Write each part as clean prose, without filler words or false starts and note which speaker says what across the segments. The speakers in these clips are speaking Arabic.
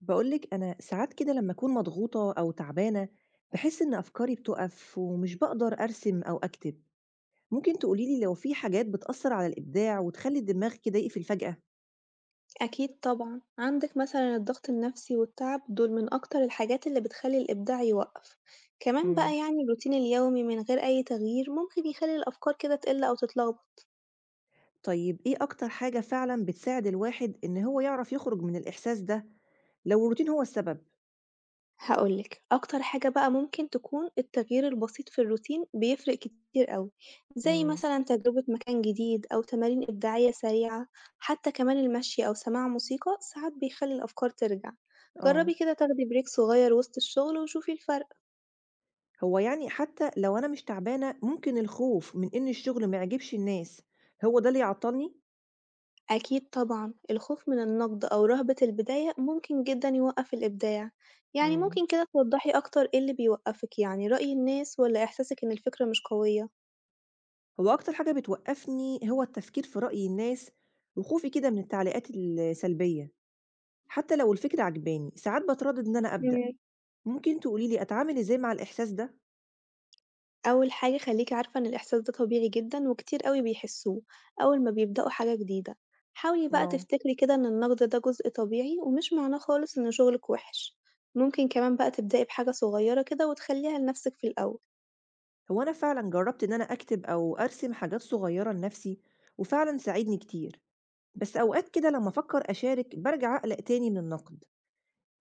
Speaker 1: بقولك أنا ساعات كده لما أكون مضغوطة أو تعبانة بحس إن أفكاري بتقف ومش بقدر أرسم أو أكتب. ممكن تقوليلي لو في حاجات بتأثر على الإبداع وتخلي الدماغ كده يقفل فجأة؟
Speaker 2: أكيد طبعًا، عندك مثلًا الضغط النفسي والتعب دول من أكتر الحاجات اللي بتخلّي الإبداع يوقّف، كمان
Speaker 1: مم.
Speaker 2: بقى يعني الروتين اليومي من غير أي تغيير ممكن يخلّي الأفكار كده تقِل أو تتلخبط.
Speaker 1: طيب إيه أكتر حاجة فعلا بتساعد الواحد إن هو يعرف يخرج من الإحساس ده لو الروتين هو السبب؟
Speaker 2: هاقول لك أكتر حاجة بقى ممكن تكون التغيير البسيط في الروتين بيفرق كتير أوي، زي
Speaker 1: مم.
Speaker 2: مثلًا تجربة مكان جديد أو تمارين إبداعية سريعة. حتى كمان المشي أو سماع موسيقى ساعات بيخلّي الأفكار ترجع.
Speaker 1: آه.
Speaker 2: جرّبي كده تاخدي بريك صغير وسط الشغل وشوفي الفرق.
Speaker 1: هو يعني حتى لو أنا مش تعبانة ممكن الخوف من إن الشغل ما يعجبش الناس هو ده اللي يعطلني؟
Speaker 2: أكيد طبعًا، الخوف من النقد أو رهبة البداية ممكن جدًا يوقّف الإبداع. يعني
Speaker 1: مم.
Speaker 2: ممكن كده توضّحي أكتر إيه اللي بيوقّفِك، يعني رأي الناس والّا إحساسِك إن الفكرة مش قوية؟
Speaker 1: هو أكتر حاجة بتوقّفني هو التفكير في رأي الناس وخوفي كده من التعليقات السلبية، حتى لو الفكرة عاجباني، ساعات باتردد إن أنا أبدأ،
Speaker 2: إمم.
Speaker 1: ممكن تقولي لي أتعامل إزاي مع الإحساس ده؟
Speaker 2: أول حاجة خلّيكِ عارفة إن الإحساس ده طبيعي جدًا وكتير أوي بيحسّوه أول ما بيبدأوا حاجة جديدة. حاولي بقى
Speaker 1: آه.
Speaker 2: تفتكري كده إن النقد ده جزء طبيعي ومش معناه خالص إن شغلِك وِحِش. ممكن كمان بقى تبدئي بحاجة صغيرة كده وتخلّيها لنفسِك في الأول.
Speaker 1: هو أنا فعلًا جرّبت إن أنا أكتب أو أرسم حاجات صغيّرة لنفسي وفعلًا ساعدني كتير، بس أوقات كده لمّا أفكّر أشارك بارجع أقلق تاني من النقد،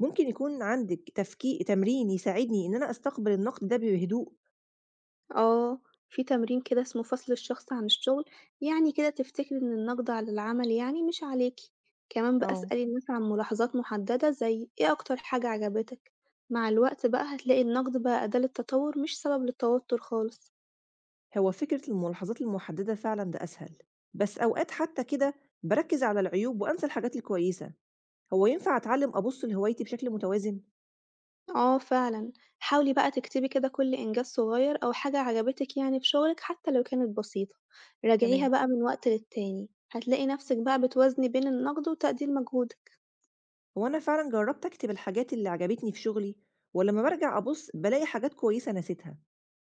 Speaker 1: ممكن يكون عندِك تفكي تمرين يساعدني إن أنا أستقبل النقد ده بهدوء؟
Speaker 2: آه، في تمرين كده اسمه فصل الشخص عن الشغل، يعني كده تفتكري إن النقد على العمل يعني مش عليكِ. كمان بقى
Speaker 1: آه.
Speaker 2: اسألي الناس عن ملاحظات محددة زي إيه أكتر حاجة عجبتك. مع الوقت بقى هتلاقي النقد بقى أداة للتطور مش سبب للتوتر خالص.
Speaker 1: هو فكرة الملاحظات المحددة فعلا ده أسهل، بس أوقات حتى كده بركز على العيوب وأنسى الحاجات الكويسة. هو ينفع أتعلم أبص لهوايتي بشكل متوازن؟
Speaker 2: آه فعلًا، حاولي بقى تكتبي كده كل إنجاز صغير أو حاجة عجبتك يعني في شغلك حتى لو كانت بسيطة. راجعيها
Speaker 1: تمام.
Speaker 2: بقى من وقت للتاني، هتلاقي نفسك بقى بتوازني بين النقد وتقدير مجهودك.
Speaker 1: هو أنا فعلا جربت أكتب الحاجات اللي عجبتني في شغلي ولما برجع أبص بلاقي حاجات كويسة نسيتها،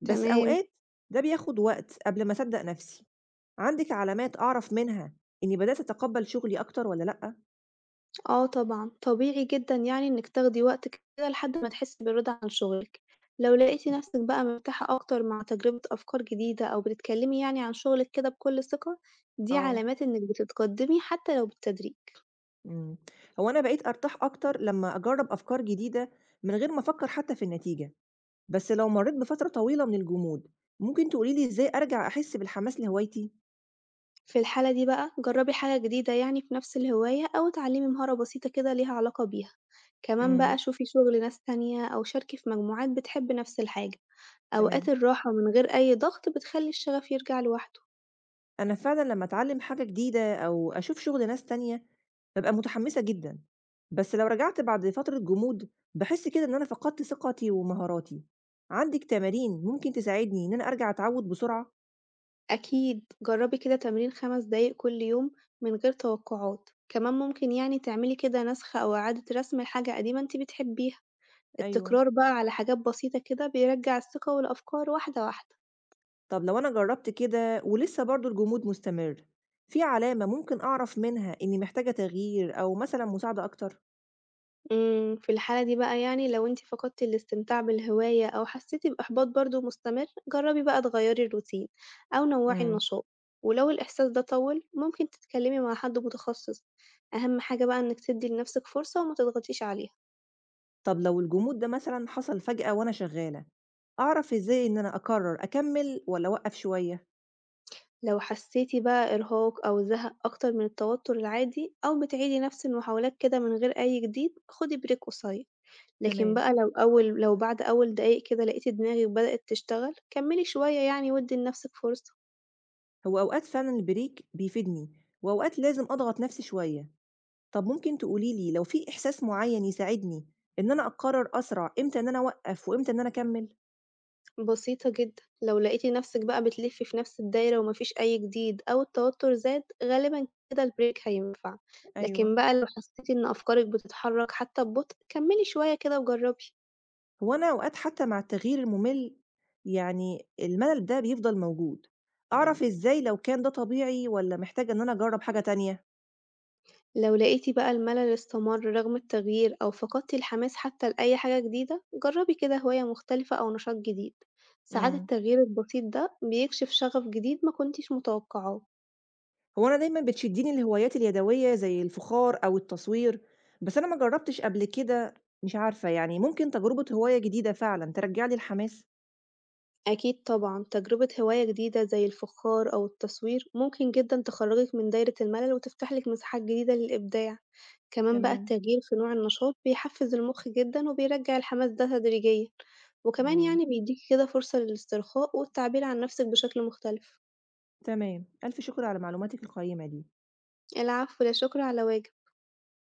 Speaker 1: بس
Speaker 2: تمام.
Speaker 1: أوقات ده بياخد وقت قبل ما أصدق نفسي. عندك علامات أعرف منها إني بدأت أتقبل شغلي أكتر ولا لأ؟
Speaker 2: آه طبعًا، طبيعي جدًا يعني إنِّك تاخدي وقت كده لحد ما تحسّي بالرضا عن شغلِك. لو لقيتِ نفسِك بقى مرتاحة أكتر مع تجربة أفكار جديدة أو بتتكلّمي يعني عن شغلِك كده بكل ثقة، دي
Speaker 1: آه.
Speaker 2: علامات إنِّك بتتقدّمي حتى لو بالتدريج.
Speaker 1: مم. هو أنا بقيت أرتاح أكتر لما أجرب أفكار جديدة من غير ما أفكر حتى في النتيجة، بس لو مرّيت بفترة طويلة من الجمود، ممكن تقولي لي إزاي أرجع أحس بالحماس لهوايتي؟
Speaker 2: في الحالة دي بقى جرّبي حاجة جديدة يعني في نفس الهواية أو اتعلّمي مهارة بسيطة كده ليها علاقة بيها. كمان بقى
Speaker 1: امم.
Speaker 2: شوفي شغل ناس تانية أو شاركي في مجموعات بتحب نفس الحاجة. أوقات
Speaker 1: تمام.
Speaker 2: الراحة من غير أي ضغط بتخلّي الشغف يرجع لوحده.
Speaker 1: أنا فعلًا لمّا أتعلّم حاجة جديدة أو أشوف شغل ناس تانية، بابقى متحمسة جدًا، بس لو رجعت بعد فترة جمود، باحس كده إن أنا فقدت ثقتي ومهاراتي. عندِك تمارين ممكن تساعدني إن أنا أرجع أتعوّد بسرعة؟
Speaker 2: أكيد، جرّبي كده تمرين 5 دقايق كل يوم من غير توقعات. كمان ممكن يعني تعملي كده نسخ أو إعادة رسم لحاجة قديمة أنتِ بتحبيها.
Speaker 1: أيوه.
Speaker 2: التكرار بقى على حاجات بسيطة كده بيرجّع الثقة والأفكار واحدة واحدة.
Speaker 1: طب لو أنا جرّبت كده ولسه برضه الجمود مستمر، في علامة ممكن أعرف منها إني محتاجة تغيير أو مثلًا مساعدة أكتر؟
Speaker 2: إمم. في الحالة دي بقى يعني لو أنتِ فقدتِ الاستمتاع بالهواية أو حسيتِ بإحباط برضه مستمر، جرّبي بقى تغيّري الروتين أو نوّعي
Speaker 1: امم.
Speaker 2: النشاط. ولو الإحساس ده طوّل ممكن تتكلمي مع حد متخصص. أهم حاجة بقى إنِّك تدّي لنفسِك فرصة وما تضغطيش عليها.
Speaker 1: طب لو الجمود ده مثلًا حصل فجأة وأنا شغّالة، أعرف إزاي إن أنا أقرر أكمّل والّا أوقّف شوية؟
Speaker 2: لو حسيتي بقى إرهاق أو زهق أكتر من التوتر العادي أو بتعيدي نفس المحاولات كده من غير أي جديد، خدي بريك قصير. لكن
Speaker 1: تمام.
Speaker 2: بقى لو أول لو بعد أول دقايق كده لقيتي دماغك بدأت تشتغل كملي شوية يعني وادي لنفسك فرصة.
Speaker 1: هو أوقات فعلًا البريك بيفيدني وأوقات لازم أضغط نفسي شوية. طب ممكن تقولي لي لو في إحساس معيّن يساعدني إن أنا أقرر أسرع إمتى إن أنا أوقّف وإمتى إن أنا أكمّل؟
Speaker 2: بسيطة جدا لو لقيتي نفسك بقى بتلفي في نفس الدايرة ومفيش أي جديد أو التوتر زاد غالبا كده البريك هينفع.
Speaker 1: أيوه.
Speaker 2: لكن بقى لو حسيتي إن أفكارك بتتحرك حتى ببطء كملي شوية كده وجربي.
Speaker 1: هو أنا أوقات حتى مع التغيير المُمِل يعني الملل ده بيفضل موجود، إمم. أعرف إزاي لو كان ده طبيعي والّا محتاجة إن أنا أجرّب حاجة تانية؟
Speaker 2: لو لقيتِ بقى الملل استمر رغم التغيير أو فقدتِ الحماس حتى لأي حاجة جديدة، جربي كده هواية مختلفة أو نشاط جديد. ساعات
Speaker 1: إمم.
Speaker 2: التغيير البسيط ده بيكشف شغف جديد ما كنتيش متوقعاه.
Speaker 1: هو أنا دايمًا بتشدّني الهوايات اليدوية زي الفخار أو التصوير، بس أنا ما جرّبتش قبل كده، مش عارفة يعني ممكن تجربة هواية جديدة فعلًا ترجّع لي الحماس؟
Speaker 2: أكيد طبعًا تجربة هواية جديدة زي الفخار أو التصوير ممكن جدًا تخرجك من دايرة الملل وتفتح لك مساحات جديدة للإبداع. كمان بقى
Speaker 1: تمام.
Speaker 2: التغيير في نوع النشاط بيحفز المخ جدًا وبيرجع الحماس ده تدريجيًا. وكمان
Speaker 1: إمم.
Speaker 2: يعني بيديكي كده فرصة للاسترخاء والتعبير عن نفسك بشكل مختلف.
Speaker 1: تمام، ألف شكر على معلوماتِك القيّمة دي.
Speaker 2: العفو، لا شكر على واجب.